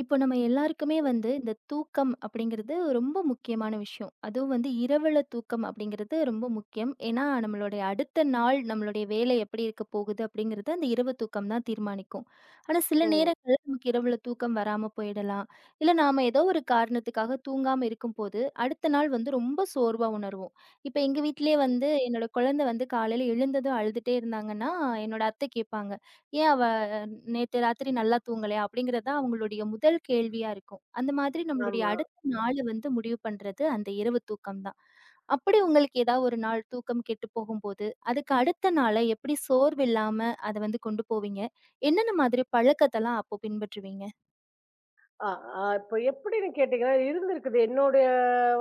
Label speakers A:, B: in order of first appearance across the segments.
A: இப்போ நம்ம எல்லாருக்குமே வந்து இந்த தூக்கம் அப்படிங்கிறது ரொம்ப முக்கியமான விஷயம். அதுவும் வந்து இரவுல தூக்கம் அப்படிங்கிறது ரொம்ப முக்கியம். ஏன்னா, நம்மளுடைய அடுத்த நாள் நம்மளுடைய வேலை எப்படி இருக்க போகுது அப்படிங்கிறத அந்த இரவு தூக்கம் தான் தீர்மானிக்கும். ஆனா சில
B: ம்.
A: நேரங்கள்ல நமக்கு இரவுல தூக்கம் வராம போயிடலாம். இல்ல நாம ஏதோ ஒரு காரணத்துக்காக தூங்காம இருக்கும்போது, அடுத்த நாள் வந்து ரொம்ப சோர்வா உணர்வோம். இப்ப எங்க வீட்டிலேயே வந்து என்னோட குழந்தை வந்து காலையில எழுந்ததும் அழுதுட்டே இருந்தாங்கன்னா, என்னோட அத்தை கேட்பாங்க, "ஏன் அவ நேத்து ராத்திரி நல்லா தூங்கலையா?" அப்படிங்கிறது தான் அவங்களுடைய முதல் கேள்வியா இருக்கும். அந்த மாதிரி நம்மளுடைய
B: ஆமா.
A: அடுத்த நாள வந்து முடிவு பண்றது அந்த இரவு தூக்கம் தான். அப்படி உங்களுக்கு ஏதாவது ஒரு நாள் தூக்கம் கெட்டுப் போகும்போது, அதுக்கு அடுத்த நாள எப்படி சோர்வு இல்லாம அத வந்து கொண்டு போவீங்க? என்னென்ன மாதிரி பழக்கத்தலாம் அப்போ பின்பற்றுவீங்க?
B: அ அ இப்ப எப்படின்னு கேட்டீங்கன்னா, இருந்திருக்குது. என்னுடைய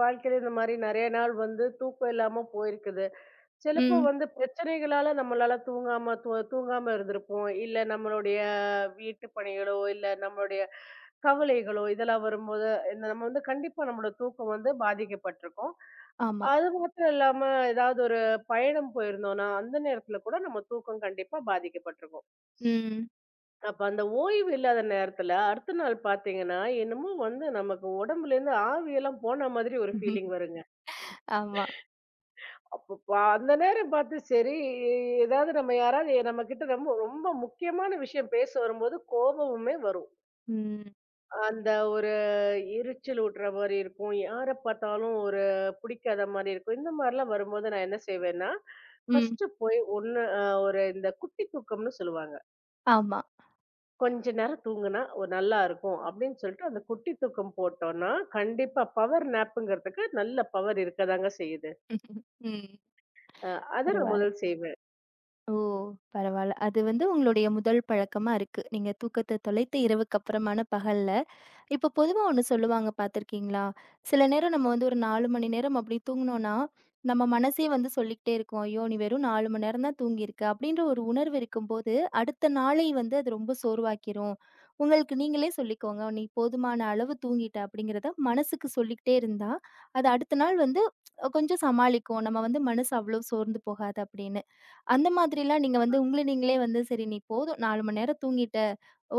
B: வாழ்க்கையில இந்த மாரி நெறைய நாள் வந்து தூக்கம் இல்லாம போயிருக்குது. சிலப்போ
A: ம்.
B: வந்து பிரச்சனைகளால நம்மளால தூங்காம தூங்காம இருந்திருப்போம். இல்ல நம்மளுடைய வீட்டு பணிகளோ, இல்ல நம்மளுடைய கவலைகளோ இதெல்லாம் வரும்போது, இந்த நம்ம வந்து கண்டிப்பா நம்மளோட தூக்கம் வந்து பாதிக்கப்பட்டிருக்கும்.
A: ஆமா.
B: அது மாத்திரம் இல்லாம ஏதாவது ஒரு பயணம் போயிருந்தோம்னா, அந்த நேரத்துல கூட நம்ம தூக்கம் கண்டிப்பா பாதிக்கப்பட்டிருக்கும்.
A: ம்.
B: அப்ப அந்த ஓய்வு இல்லாத நேரத்துல அடுத்த நாள் பாத்தீங்கன்னா, என்னமோ வந்து நமக்கு உடம்புலேருந்து ஆவியெல்லாம் போன மாதிரி ஒரு ஃபீலிங் வருங்க.
A: ஆமா.
B: அப்ப அந்த நேரம் பார்த்து சரி, ஏதாவது நம்ம யாராவது நம்மகிட்ட ரொம்ப ரொம்ப முக்கியமான விஷயம் பேச வரும்போது கோபமுமே வரும்.
A: ம்.
B: அந்த ஒரு எரிச்சல் ஊட்டுற மாரி இருக்கும். யார பாத்தாலும் ஒரு பிடிக்காத மாரி இருக்கும். இந்த மாரிலாம் வரும்போது நான் என்ன செய்வேன்னா,
A: ம்.
B: ஃபர்ஸ்ட்டு போய் ஒண்ணு ஒரு இந்த குட்டி தூக்கம்னு சொல்லுவாங்க.
A: ஆமா.
B: கொஞ்ச நேரம் தூங்குனா ஒரு நல்லா இருக்கும் அப்படின்னு சொல்லிட்டு அந்த குட்டி தூக்கம் போட்டோம்னா, கண்டிப்பா பவர் நேப்புங்கிறதுக்கு நல்ல பவர் இருக்கதாங்க செய்யுது.
A: ம்.
B: அ அத நான்
A: பரவால்ல.
B: முதல் செய்வேன்.
A: ஓ! பரவால்ல. அது வந்து உங்களுடைய முதல் பழக்கமா இருக்கு. நீங்க தூக்கத்த தொலைத்த இரவுக்கு அப்புறமான பகல்ல. இப்போ பொதுவா ஒண்ணு சொல்லுவாங்க பார்த்துருக்கீங்களா? சில நேரம் நம்ம வந்து ஒரு 4 மணி நேரம் அப்படி தூங்குனோம்னா, நம்ம மனசே வந்து சொல்லிக்கிட்டே இருக்கும். "ஐயோ! நீ வெறும் 4 மணி நேரம் தான் தூங்கியிருக்க." அப்படின்ற ஒரு உணர்வு இருக்கும்போது, அடுத்த நாளை வந்து அது ரொம்ப சோர்வாக்கிரும். உங்களுக்கு நீங்களே சொல்லிக்கோங்க. "நீ போதுமான அளவு தூங்கிட்ட." அப்படிங்கிறத மனசுக்கு சொல்லிக்கிட்டே இருந்தா, அது அடுத்த நாள் வந்து கொஞ்சம் சமாளிக்கும். நம்ம வந்து மனசு அவ்வளோ சோர்ந்து போகாது அப்படின்னு. அந்த மாதிரிலாம் நீங்க வந்து உங்கள நீங்களே வந்து, "சரி நீ போதும் 4 மணி நேரம் தூங்கிட்ட.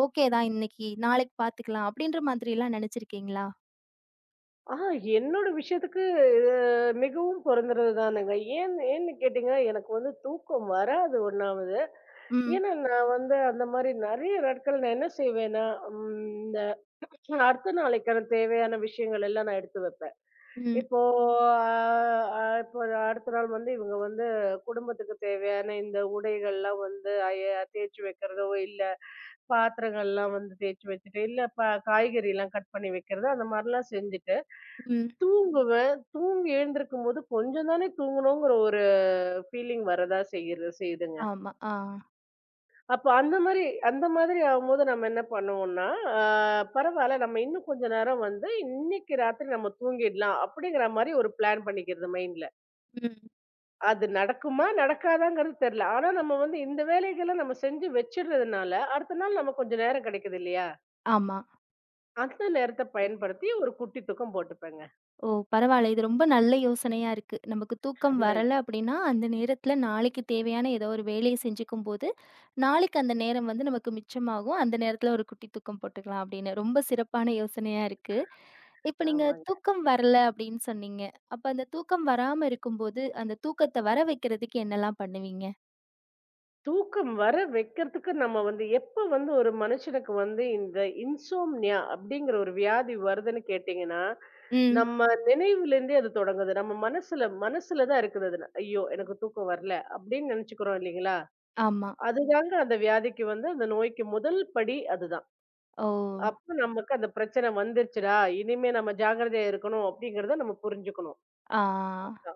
A: ஓகே தான் இன்னைக்கு. நாளைக்கு பார்த்துக்கலாம்." அப்படின்ற மாதிரிலாம் நினைச்சிருக்கீங்களா?
B: ஆ என்னோட விஷயத்துக்கு இது மிகவும் பொருந்துறது தானுங்க. ஏன் ஏன்னு கேட்டீங்கன்னா, எனக்கு வந்து தூக்கம் வராது ஒண்ணாவது.
A: ம்.
B: ஏன்னா நான் வந்து அந்த மாரி நெறைய நாட்கள் நான் என்ன செய்வேன்னா, ம் இந்த அடுத்த நாளைக்கான தேவையான விஷயங்கள் எல்லாம் நான் எடுத்து வைப்பேன்.
A: ம்.
B: இப்போ அ அ இப்போ அடுத்த நாள் வந்து இவங்க வந்து குடும்பத்துக்கு தேவையான இந்த உடைகள்லாம் வந்து அய தேச்சு வைக்கிறதோ, இல்ல பாத்திரங்கள்லாம் வந்து தேச்சு வச்சுட்டு, இல்ல காய்கறிலாம் கட் பண்ணி வைக்கிறதோ, அந்த மாரிலாம் செஞ்சுட்டு,
A: ம்.
B: தூங்குவேன். தூங்கி எழுந்திருக்கும்போது கொஞ்சம் தானே தூங்கணுங்கிற ஒரு ஃபீலிங் வரதா செய்யுதுங்க.
A: ஆமா. ஆ.
B: அப்ப அந்த மாரி அந்த மாதிரி ஆகும்போது நம்ம என்ன பண்ணுவோம்னா, அ பரவால்ல நம்ம இன்னும் கொஞ்ச நேரம் வந்து இன்னைக்கு ராத்திரி நம்ம தூங்கிடலாம், அப்படிங்கிற மாரி ஒரு பிளான் பண்ணிக்கிறது மைண்ட்ல.
A: ம்.
B: அது நடக்குமா? நடக்காதாங்கிறது தெரியல. ஆனா நம்ம வந்து இந்த வேலைகள நம்ம செஞ்சு வச்சுடுறதுனால, அடுத்த நாள் நமக்கு கொஞ்சம் நேரம் கிடைக்குது இல்லையா?
A: ஆமா.
B: அந்த நேரத்த பயன்படுத்தி ஒரு குட்டி தூக்கம் போட்டுப்பேங்க.
A: ஓ! பரவால்ல. இது ரொம்ப நல்ல யோசனையா இருக்கு. நமக்கு தூக்கம்
B: அதான்
A: வரல அப்படின்னா, அந்த நேரத்துல நாளைக்கு தேவையான ஏதோ ஒரு வேலைய செஞ்சுக்கும்போது, நாளைக்கு அந்த நேரம் வந்து நமக்கு மிச்சமாகும். அந்த நேரத்துல ஒரு குட்டி தூக்கம் போட்டுக்கலாம் அப்படின்னு. ரொம்ப சிறப்பான யோசனையா இருக்கு. இப்ப நீங்க
B: ஆமாங்க.
A: தூக்கம் வரல அப்படின்னு சொன்னீங்க. அப்ப அந்த தூக்கம் வராம இருக்கும்போது, அந்த தூக்கத்த வர வைக்கிறதுக்கு என்னல்லாம் பண்ணுவீங்க?
B: தூக்கம் வர வைக்கிறதுக்கு நம்ம வந்து எப்ப வந்து ஒரு மனுஷனுக்கு வந்து இந்த இன்சோம்னியா அப்படிங்கிற ஒரு வியாதி வருதுன்னு கேட்டீங்கன்னா,
A: ம்.
B: நம்ம நினைவுலேருந்தே அது தொடங்குது. நம்ம மனசுல மனசுல தான் இருக்குது அது. ஐயோ! எனக்கு தூக்கம் வரல அப்படின்னு நெனச்சுக்கிறோம் இல்லைங்களா?
A: ஆமா.
B: அதுதாங்க அந்த வியாதிக்கு வந்து அந்த நோய்க்கு முதல் படி அதுதான்.
A: ஓ!
B: அப்ப நமக்கு அந்த பிரச்சனை வந்துருச்சுடா! இனிமே நம்ம ஜாக்கிரதையா இருக்கணும் அப்டிங்கிறத நம்ம புரிஞ்சுக்கணும்.
A: ஆ.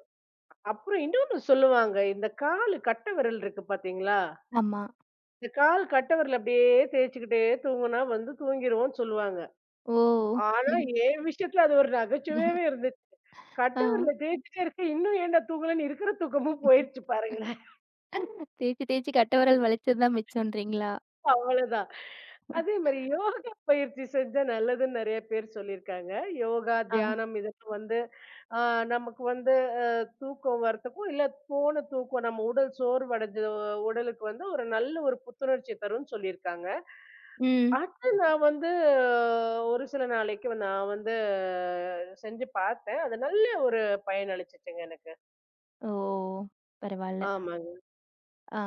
B: அப்புறம் இன்னொன்னு சொல்லுவாங்க. இந்த காலு கட்டை விரல் இருக்கு பார்த்தீங்களா?
A: ஆமா.
B: இந்த கால் கட்டை விரல் அப்டியே தேய்ச்சுக்கிட்டே தூங்குனா வந்து தூங்கிருவோம்ன்னு சொல்லுவாங்க.
A: ஓ!
B: ஆனா என் விஷயத்துல அது ஒரு நகைச்சுவையாவே இருந்துச்சு.
A: ஆ.
B: கட்டை விரல தேய்ச்சுட்டே இருக்கேன். இன்னும் ஏன்டா தூங்கலன்னு இருக்கிற தூக்கமும் போயிருச்சு பாருங்களேன்.
A: தேய்ச்சு தேய்ச்சு கட்டவெரல் வலிச்சது தான் மிச்சம்ன்றீங்களா?
B: அவ்வளதான். அதே மாரி யோகா பயிற்சி செஞ்சா நல்லதுன்னு நெறைய பேர் சொல்லியிருக்காங்க. யோகா,
A: ஆ.
B: தியானம் இதெல்லாம் வந்து ஆ நமக்கு வந்து அ தூக்கம் வரத்துக்கும், இல்ல போன தூக்கம் நம்ம உடல் சோர்வடைஞ்ச உடலுக்கு வந்து ஒரு நல்ல ஒரு புத்துணர்ச்சி தரும்ன்னு சொல்லியிருக்காங்க.
A: ம்.
B: அது நான் வந்து ஒரு சில நாளைக்கு நான் வந்து செஞ்சு பார்த்தேன். அது நல்ல ஒரு பயனளிச்சுச்சுங்க எனக்கு.
A: ஓ! பரவால்ல.
B: ஆமாங்க.
A: ஆ,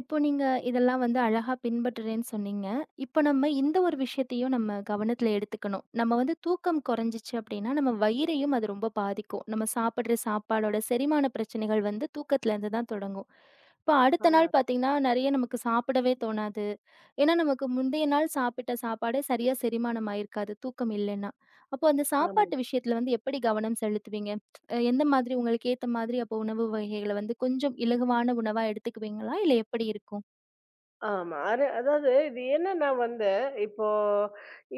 A: இப்போ நீங்க இதெல்லாம் வந்து அழகா பின்பற்றுறேன்னு சொன்னீங்க. இப்போ நம்ம இந்த ஒரு விஷயத்தையும் நம்ம கவனத்துல எடுத்துக்கணும். நம்ம வந்து தூக்கம் குறைஞ்சிச்சு அப்படின்னா, நம்ம வயிறையும் அது ரொம்ப பாதிக்கும். நம்ம சாப்பிடுற சாப்பாடோட செரிமான பிரச்சனைகள் வந்து தூக்கத்துலேருந்து தான் தொடங்கும். இப்போ அடுத்த
B: ஆமா,
A: நாள் பார்த்தீங்கன்னா, நெறைய நமக்கு சாப்பிடவே தோணாது. ஏன்னா, நமக்கு முந்தைய நாள் சாப்பிட்ட சாப்பாடே சரியா செரிமானம் ஆயிருக்காது, தூக்கம் இல்லன்னா. அப்போ அந்த
B: ஆமா.
A: சாப்பாட்டு விஷயத்துல வந்து எப்படி கவனம் செலுத்துவீங்க? எந்த மாதிரி உங்களுக்கு ஏத்த மாதிரி அப்போ உணவு வகைகள வந்து கொஞ்சம் இலகுவான உணவா எடுத்துக்குவீங்களா? இல்ல எப்படி இருக்கும்?
B: ஆமா. அது அதாவது இது என்னன்னா வந்து, இப்போ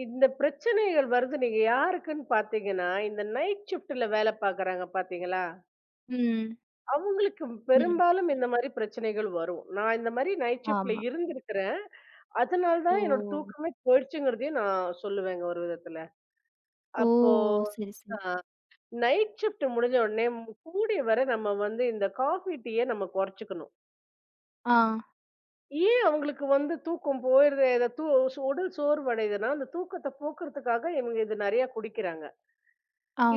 B: இந்த பிரச்சனைகள் வருது நீங்க யாருக்குன்னு பார்த்தீங்கன்னா, இந்த நைட் ஷிஃப்ட்ல வேலை பார்க்குறாங்க பார்த்தீங்களா?
A: ம்,
B: அவங்களுக்கு
A: ம்.
B: பெரும்பாலும் இந்த மாரி பிரச்சனைகள் வரும். நான் இந்த மாரி நைட் ஷிஃப்ட்ல
A: ஆமா.
B: இருந்திருக்கிறேன். அதனால
A: ஓ!
B: தான் என்னோட தூக்கமே போயிடுச்சுங்கிறதையும் நான் சொல்லுவேங்க ஒரு விதத்துல.
A: ஓ!
B: அப்போ
A: சரி, சரி.
B: அ நைட் ஷிஃப்ட் முடிஞ்ச உடனே கூடிய வரை நம்ம வந்து இந்த காஃபி, டீய நம்ம குறைச்சுக்கணும்.
A: ஆ.
B: ஏன் அவங்களுக்கு வந்து தூக்கம் போயிருது இத சோ உடல் சோர்வடையுதுன்னா, அந்த தூக்கத்த போக்குறதுக்காக இவங்க இது நெறையா குடிக்கிறாங்க.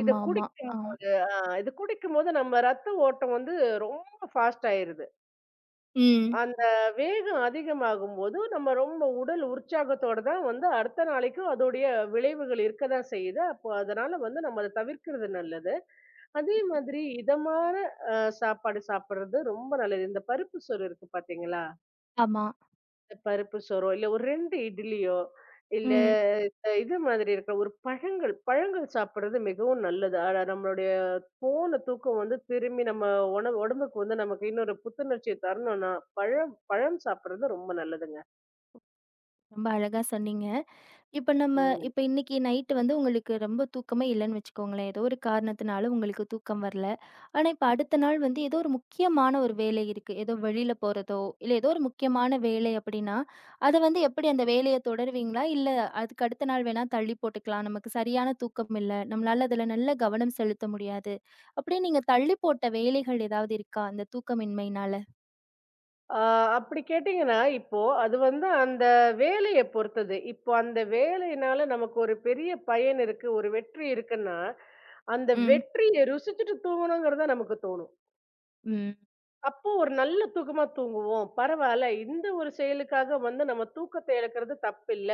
B: இத
A: ஆ.
B: குடிக்கும்போது இது குடிக்கும்போது நம்ம ரத்த ஓட்டம் வந்து ரொம்ப ஃபாஸ்ட் ஆயிருது.
A: ம்.
B: அந்த வேகம் அதிகமாகும்போது, நம்ம ரொம்ப உடல் உற்சாகத்தோட தான் வந்து அடுத்த நாளைக்கும் அதோடைய விளைவுகள் இருக்க தான் செய்யுது. அப்போ அதனால வந்து நம்ம அத தவிர்க்கிறது நல்லது. அதே மாதிரி இதமான அ சாப்பாடு சாப்பிடுறது ரொம்ப நல்லது. இந்த பருப்பு சோறு இருக்கு பார்த்தீங்களா?
A: ஆமா.
B: பருப்பு சோறோ, இல்ல ஒரு 2 இட்லியோ, இல்ல
A: ம்.
B: இது மாதிரி இருக்கிற ஒரு பழங்கள் பழங்கள் சாப்பிடுறது மிகவும் நல்லது. ஆனா நம்மளுடைய போன தூக்கம் வந்து திரும்பி நம்ம உணவு உடம்புக்கு வந்து நமக்கு இன்னொரு புத்துணர்ச்சிய தரணும்னா, பழம் பழம் சாப்பிடுறது ரொம்ப நல்லதுங்க.
A: ரொம்ப அழகா சொன்னீங்க. இப்ப நம்ம
B: ம்.
A: இப்ப இன்னைக்கு நைட்டு வந்து உங்களுக்கு ரொம்ப தூக்கமே இல்லன்னு வச்சுக்கோங்களேன். ஏதோ ஒரு காரணத்தினால உங்களுக்கு தூக்கம் வரல. ஆனா, இப்ப அடுத்த நாள் வந்து ஏதோ ஒரு முக்கியமான ஒரு வேலை இருக்கு. ஏதோ வெளில போறதோ, இல்ல ஏதோ ஒரு முக்கியமான வேலை அப்டின்னா, அத வந்து எப்டி அந்த வேலைய தொடருவீங்களா? இல்ல அதுக்கு அடுத்த நாள் வேணா தள்ளி போட்டுக்கலாம். நமக்கு சரியான தூக்கம் இல்ல. நம்மளால அதுல நல்ல கவனம் செலுத்த முடியாது. அப்டின்னு நீங்க தள்ளி போட்ட வேலைகள் ஏதாவது இருக்கா? அந்த தூக்கமின்மையினால?
B: ஆ அப்படி கேட்டீங்கன்னா, இப்போ அது வந்து அந்த வேலைய பொறுத்தது. இப்போ அந்த வேலையினால நமக்கு ஒரு பெரிய பயன் இருக்கு, ஒரு வெற்றி இருக்குன்னா, அந்த
A: ம்.
B: வெற்றிய ருசிச்சுட்டு தூங்கணுங்கிறது தான் நமக்கு தோணும்.
A: ம்.
B: அப்போ ஒரு நல்ல தூக்கமா தூங்குவோம். பரவால்ல. இந்த ஒரு செயலுக்காக வந்து நம்ம தூக்கத்த இழக்கிறது தப்பில்ல.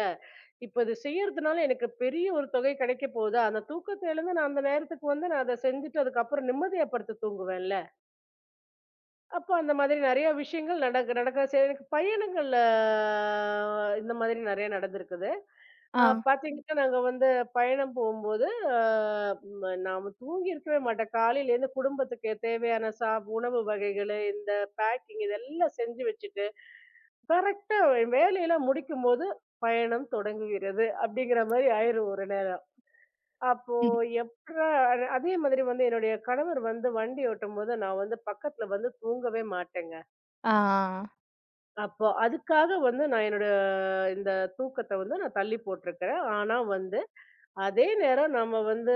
B: இப்ப இது செய்யறதுனால எனக்கு பெரிய ஒரு தொகை கிடைக்க போதா, அந்த தூக்கத்த இழந்து நான் அந்த நேரத்துக்கு வந்து நான் அத செஞ்சுட்டு அதுக்கப்புறம் நிம்மதியா படுத்து தூங்குவேன்ல. அப்போ அந்த மாதிரி நெறைய விஷயங்கள் நடக்க நடக்க எனக்கு பயணங்கள்ல இந்த மாதிரி நெறைய நடந்திருக்குது.
A: ஆ.
B: பாத்தீங்கன்னா, நாங்க வந்து பயணம் போம்போது, அ ம நாம தூங்கி இருக்கவே மாட்டோம். காலையிலேருந்து குடும்பத்துக்கு தேவையான உணவு வகைகளு, இந்த பேக்கிங் இதெல்லாம் செஞ்சு வச்சுட்டு, கரெக்ட்டா வேலையெல்லாம் முடிக்கும்போது, பயணம் தொடங்குகிறது. அப்படிங்கிற மாரி ஆயிரும் ஒரு நேரம். அப்போ எப்படா அது அதே மாதிரி வந்து என்னுடைய கணவர் வந்து வண்டி ஓட்டும்போது, நான் வந்து பக்கத்துல வந்து தூங்கவே மாட்டேங்க.
A: ஆ.
B: அப்போ அதுக்காக வந்து நான் என்னோட இந்த தூக்கத்த வந்து நான் தள்ளி போட்டுருக்கிறேன். ஆனா வந்து அதே நேரம் நம்ம வந்து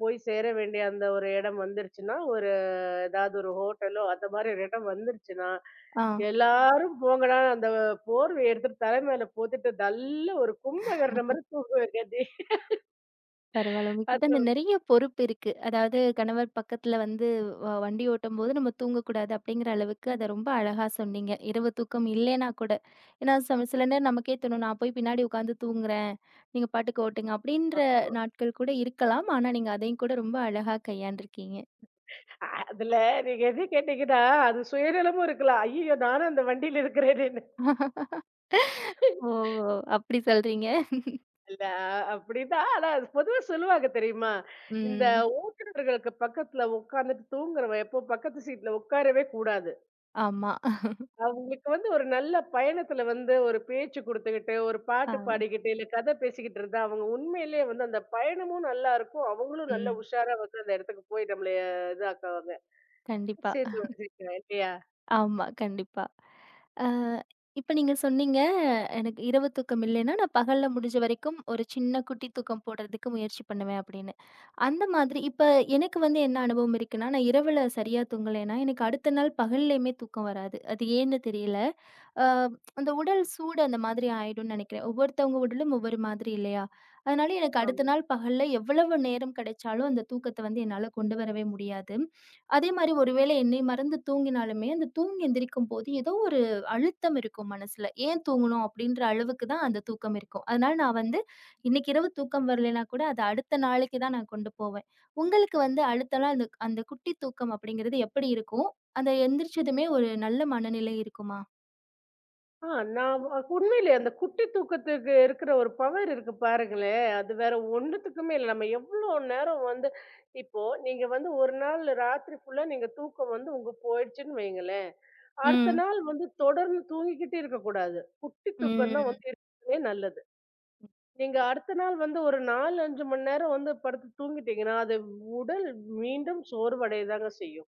B: போய் சேர வேண்டிய அந்த ஒரு இடம் வந்துருச்சுன்னா, ஒரு ஏதாவது ஒரு ஹோட்டலோ, அந்த மாரி ஒரு இடம் வந்துருச்சுன்னா,
A: ஆ.
B: எல்லாரும் போங்கடா அந்த போர்வைய எடுத்துட்டு தலை மேல போத்திட்டு டல்லா ஒரு கும்பகர்ண மாரி தூங்குவேன் கதி.
A: பரவால்ல. உங்ககிட்ட
B: அது
A: அந்த நெறைய பொறுப்பு இருக்கு. அதாவது கணவர் பக்கத்துல வந்து வண்டி ஓட்டும்போது நம்ம தூங்கக்கூடாது அப்படிங்கிற அளவுக்கு அத ரொம்ப அழகா சொன்னீங்க. இரவு தூக்கம் இல்லைன்னா கூட. ஏன்னா சில நேரம் நமக்கே தோணும், "நான் போய் பின்னாடி உட்காந்து தூங்குறேன். நீங்க பாட்டுக்கு ஓட்டுங்க." அப்படின்ற நாட்கள் கூட இருக்கலாம். ஆனா நீங்க அதையும் கூட ரொம்ப அழகா கையாண்டுருக்கீங்க.
B: அதுல நீங்க எது கேட்டீங்கன்னா, அது சுயநலமும் இருக்கலாம். ஐய்யய்யோ! நானும் அந்த வண்டியில இருக்கிறேனேன்னு.
A: ஓ! அப்படி சொல்றீங்க.
B: இல்ல அப்படிதான். ஆனா அது பொதுவா சொல்லுவாங்க தெரியுமா? இந்த
A: ம்.
B: ஓட்டுநர்களுக்கு பக்கத்துல உட்கார்ந்துட்டு தூங்குறவன் எப்போ பக்கத்து சீட்ல உட்காரவே கூடாது.
A: ஆமா.
B: அவங்களுக்கு வந்து ஒரு நல்ல பயணத்துல வந்து ஒரு பேச்சு குடுத்துக்கிட்டு, ஒரு பாட்டு
A: ஆ.
B: பாடிக்கிட்டு, இல்ல கதை பேசிக்கிட்டு இருந்தா, அவங்க உண்மையிலேயே வந்து அந்த பயணமும் நல்லா இருக்கும். அவங்களும் நல்ல
A: ம்.
B: உஷாரா வந்து அந்த இடத்துக்கு போய் நம்மளைய இதாக்குவாங்க.
A: கண்டிப்பா.
B: சேர்த்து வச்சிருக்கேன் இல்லையா?
A: ஆமா, கண்டிப்பா. அ இப்ப நீங்க சொன்னீங்க, எனக்கு இரவு தூக்கம் இல்லைன்னா, நான் பகல்ல முடிஞ்ச வரைக்கும் ஒரு சின்ன குட்டி தூக்கம் போடுறதுக்கு முயற்சி பண்ணுவேன் அப்படின்னு. அந்த மாதிரி இப்ப எனக்கு வந்து என்ன அனுபவம் இருக்குன்னா, நான் இரவுல சரியா தூங்கலைன்னா, எனக்கு அடுத்த நாள் பகல்லேயுமே தூக்கம் வராது. அது ஏன்னு தெரியல. அ அந்த உடல் சூடு அந்த மாதிரி ஆயிடும்னு நினைக்கிறேன். ஒவ்வொருத்தவங்க உடலும் ஒவ்வொரு மாதிரி இல்லையா? அதனால எனக்கு அடுத்த
B: ஆமா.
A: நாள் பகல்ல எவ்வளவு நேரம் கிடைச்சாலும் அந்த தூக்கத்த வந்து என்னால கொண்டு வரவே முடியாது. அதே மாரி ஒருவேளை என்னை மறந்து தூங்கினாலுமே, அந்த தூங்கி எந்திரிக்கும்போது ஏதோ ஒரு அழுத்தம் இருக்கும் மனசுல. ஏன் தூங்கணும் அப்படின்ற அளவுக்கு தான் அந்த தூக்கம் இருக்கும். அதனால நான் வந்து இன்னைக்கு இரவு தூக்கம் வரலைன்னா கூட அத அடுத்த நாளைக்கு தான் நான் கொண்டு போவேன். உங்களுக்கு வந்து அடுத்த நாள் அந்த அந்த குட்டி தூக்கம் அப்படிங்கிறது எப்படி இருக்கும்? அந்த எந்திரிச்சதுமே ஒரு நல்ல மனநிலை இருக்குமா?
B: ஆ நான் உண்மையிலே அந்த குட்டி தூக்கத்துக்கு இருக்கிற ஒரு பவர் இருக்கு பாருங்களேன். அது வேற ஒண்ணுத்துக்குமே இல்ல. நம்ம எவ்ளோ நேரம் வந்து இப்போ நீங்க வந்து ஒரு நாள் ராத்திரி ஃபுல்லா நீங்க தூக்கம் வந்து உங்க போயிடுச்சுன்னு வைங்களேன். அடுத்த
A: ம்.
B: நாள் வந்து தொடர்ந்து தூங்கிக்கிட்டே இருக்கக்கூடாது. குட்டி தூக்கம் தான்
A: ம்.
B: வந்து இருக்கவே நல்லது. நீங்க அடுத்த நாள் வந்து ஒரு 4, 5 மணி நேரம் வந்து படுத்து தூங்கிட்டீங்கன்னா, அது உடல் மீண்டும் சோர்வடையதாங்க செய்யும்.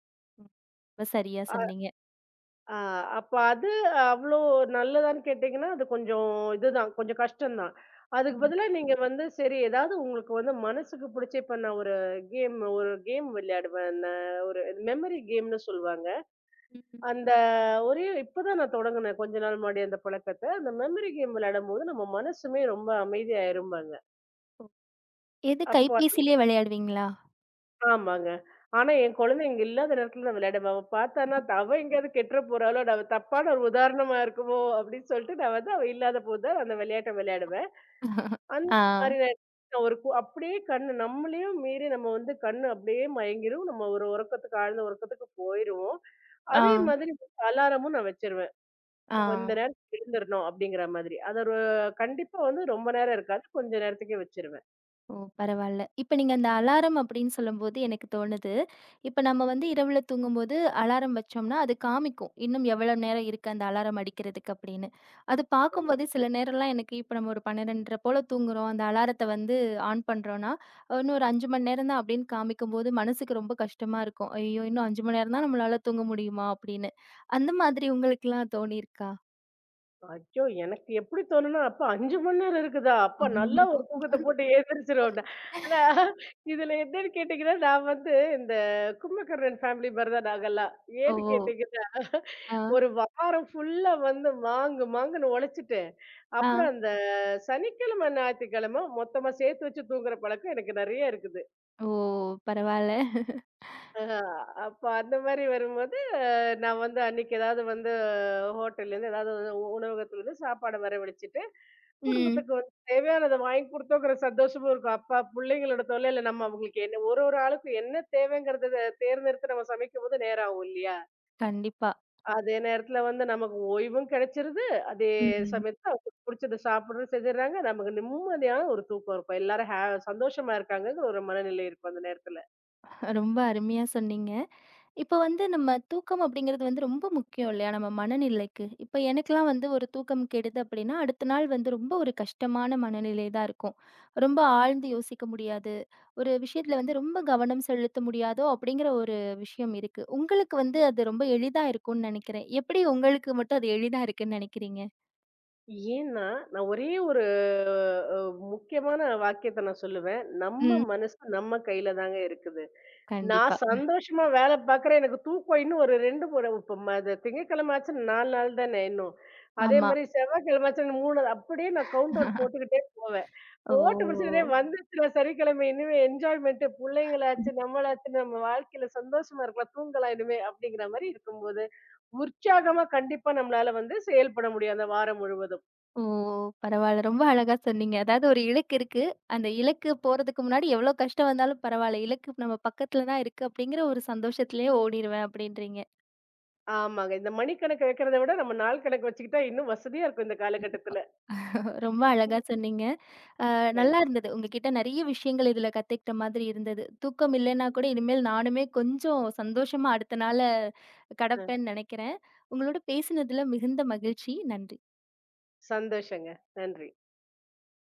A: ரொம்ப சரியா
B: அ
A: சொன்னீங்க.
B: ஆ அப்ப அது அவ்ளோ நல்லதான்னு கேட்டீங்கன்னா, அது கொஞ்சம் இதுதான், கொஞ்சம் கஷ்டம் தான். அதுக்கு
A: ம்.
B: பதிலா நீங்க வந்து சரி ஏதாவது உங்களுக்கு வந்து மனசுக்கு புடிச்ச இப்ப நான் ஒரு கேம் விளையாடுவேன். நான் ஒரு மெமரி கேம்ன்னு சொல்லுவாங்க.
A: ம்.
B: அந்த ஒரே இப்பதான் நான் தொடங்குனேன் கொஞ்ச நாள் முன்னாடி அந்த பழக்கத்த. அந்த மெமரி கேம் விளையாடும்போது நம்ம மனசுமே ரொம்ப அமைதியாயிரும்பாங்க.
A: எது
B: அப்போ
A: கைபேசியிலயே விளையாடுவீங்களா?
B: ஆமாங்க. ஆனா என் குழந்தைங்க இல்லாத நேரத்துல நான் விளையாடுவேன். அவ பார்த்தான்னா, அவ எங்கேயாவது கெட்டுற போறாளோ! அவ தப்பான ஒரு உதாரணமா இருக்குமோ! அப்டின்னு சொல்ட்டு நான் வந்து அவ இல்லாத போது தான் அந்த விளையாட்ட விளையாடுவேன். அந்த
A: ஆ.
B: மாரி நேரத்துல நான் ஒரு அப்டியே கண்ணு நம்மளையும் மீறி நம்ம வந்து கண்ணு அப்டியே மயங்கிரும். நம்ம ஒரு ஆழ்ந்த உறக்கத்துக்கு போயிருவோம்.
A: ஆ.
B: அதே மாதிரி அலாரமும் நான் வச்சுருவேன்.
A: ஆ.
B: இந்த நேரத்துக்கு எழுந்திரணும் அப்படிங்கிற மாதிரி. அது ஒரு கண்டிப்பா வந்து ரொம்ப நேரம் இருக்காது. கொஞ்ச நேரத்துக்கே வச்சுருவேன்.
A: ஓ! பரவால்ல. இப்ப நீங்க அந்த அலாரம் அப்படின்னு சொல்லும்போது எனக்கு தோணுது, இப்ப நம்ம வந்து இரவுல தூங்கும்போது அலாரம் வச்சோம்னா, அது காமிக்கும். இன்னும் எவ்வளோ நேரம் இருக்கு அந்த அலாரம் அடிக்கிறதுக்கு அப்படின்னு. அது பார்க்கும்போது சில நேரம்லாம் எனக்கு இப்ப நம்ம ஒரு 12:30 போல தூங்குறோம். அந்த அலாரத்த வந்து ஆன் பண்றோம்னா, இன்னும் ஒரு 5 மணி நேரம் தான் அப்படின்னு காமிக்கும்போது மனசுக்கு ரொம்ப கஷ்டமா இருக்கும். ஐயோ! இன்னும் 5 மணி நேரம் தான் நம்மளால தூங்க முடியுமா? அப்படின்னு. அந்த மாதிரி உங்களுக்குலாம் தோணியிருக்கா?
B: ஐயோ! எனக்கு எப்படி தோணும்னா, அப்ப 5 மணி நேரம் இருக்குதா? அப்ப நல்லா
A: ஆமாங்க.
B: ஒரு தூக்கத்த போட்டு எழுந்திரிச்சிருவோம்டா. ஆனா, இதுல என்னன்னு கேட்டீங்கன்னா, நான் வந்து இந்த கும்பகர்ணன் ஃபேமிலி மாரி தான் நாங்கலாம்.
A: ஓ!
B: ஏன்னு கேட்டீங்கன்னா,
A: ஆ,
B: ஒரு வாரம் ஃபுல்லா வந்து மாங்கு மாங்குன்னு உழைச்சுட்டு,
A: ஆ.
B: அப்புறம் அந்த சனிக்கிழமை, ஞாயித்துக்கிழமை மொத்தமா சேர்த்து வச்சு தூங்குற பழக்கம் எனக்கு நெறைய இருக்குது.
A: ஓ! பரவால்ல.
B: ஆஹா, அப்ப அந்த மாரி வரும்போது, நான் வந்து அன்னைக்கு ஏதாவது வந்து ஹோட்டல்லேருந்து ஏதாவது வந்து உணவகத்துலருந்து சாப்பாட வரவழிச்சுட்டு,
A: ம்.
B: குடும்பத்துக்கு வந்து தேவையானத வாங்கி குடுத்தோங்கிற சந்தோஷமும் இருக்கும். அப்பா புள்ளைங்களோட தொல்லையில நம்ம அவங்களுக்கு என்ன ஒரு ஒரு ஆளுக்கும் என்ன தேவைங்கிறத தேர்ந்தெடுத்து நம்ம சமைக்கும்போது நேரம் ஆகும் இல்லையா?
A: கண்டிப்பா.
B: அதே நேரத்துல வந்து நமக்கு ஓய்வும் கிடைச்சிருது. அதே
A: ம்.
B: சமயத்துல அவங்களுக்கு புடிச்சத சாப்பிடுறது செஞ்சுடுறாங்க. நமக்கு நிம்மதியான ஒரு தூக்கம் இருக்கும். எல்லாரும் சந்தோஷமா இருக்காங்கங்கிற ஒரு மனநிலை இருக்கும் அந்த நேரத்துல.
A: ரொம்ப அருமையா சொன்னீங்க. இப்ப வந்து நம்ம தூக்கம் அப்படிங்கிறது வந்து ரொம்ப முக்கியம் இல்லையா? நம்ம மனநிலைக்கு. இப்ப எனக்கெல்லாம் வந்து ஒரு தூக்கம் கெடுது அப்படின்னா, அடுத்த நாள் வந்து ரொம்ப ஒரு கஷ்டமான மனநிலை தான் இருக்கும். ரொம்ப ஆழ்ந்து யோசிக்க முடியாது. ஒரு விஷயத்துல வந்து ரொம்ப கவனம் செலுத்த முடியாதோ அப்படிங்கிற ஒரு விஷயம் இருக்கு. உங்களுக்கு வந்து அது ரொம்ப எளிதா இருக்கும்னு நெனைக்கிறேன். எப்படி உங்களுக்கு மட்டும் அது எளிதா இருக்குன்னு நெனைக்கிறீங்க?
B: ஏன்னா, நான் ஒரே ஒரு அ முக்கியமான வாக்கியத்த நான் சொல்லுவேன். நம்ம
A: ம்.
B: மனசு நம்ம கையில தாங்க இருக்குது. நான்
A: கண்டிப்பா.
B: சந்தோஷமா வேல பார்க்குறேன். எனக்கு தூக்கம் இன்னும் ஒரு 2 முறை இப்ப அது திங்கட்கிழமை ஆச்சுன்னா 4 நாள் தானே இன்னும். அதே
A: ஆமா.
B: மாரி செவ்வாய்க்கிழமை ஆச்சுன்னா 3 நாள். அப்படியே நான் கவுண்ட் டவுன் போட்டுக்கிட்டே போவேன்.
A: ஓ!
B: போட்டு முடிச்சுட்டே வந்துச்சுடா சனிக்கிழமை இனிமே என்ஜாய்மென்ட்டு புள்ளைங்களாச்சு, நம்மளாச்சு நம்ம வாழ்க்கையில சந்தோஷமா இருக்கலாம், தூங்கலாம் இனிமே அப்படிங்கிற மாரி இருக்கும்போது, உற்சாகமா கண்டிப்பா நம்மளால வந்து செயல்பட முடியும் அந்த வாரம் முழுவதும்.
A: ஓ! பரவால்ல. ரொம்ப அழகா சொன்னீங்க. அதாவது ஒரு இலக்கு இருக்கு. அந்த இலக்கு போறதுக்கு முன்னாடி எவ்ளோ கஷ்டம் வந்தாலும் பரவால்ல. இலக்கு நம்ம பக்கத்துல தான் இருக்கு அப்படிங்கிற ஒரு சந்தோஷத்திலேயே ஓடிருவேன் அப்படின்றீங்க.
B: ஆமாங்க. இந்த மணிக்கணக்கு வைக்கிறத விட நம்ம நாள் கணக்கு வச்சுக்கிட்டா இன்னும் வசதியா இருக்கும் இந்த காலகட்டத்துல.
A: ரொம்ப அழகா
B: ம்.
A: சொன்னீங்க. அ
B: நன்
A: நல்லா இருந்தது. உங்ககிட்ட நெறைய விஷயங்கள் இதுல கத்துக்கிட்ட மாதிரி இருந்தது. தூக்கம் இல்லைன்னா கூட இனிமேல் நானுமே கொஞ்சம் சந்தோஷமா அடுத்த நாள
B: அ
A: கடப்பேன்னு நெனைக்கிறேன். உங்களோட பேசினதுல மிகுந்த மகிழ்ச்சி. நன்றி.
B: சந்தோஷங்க. நன்றி.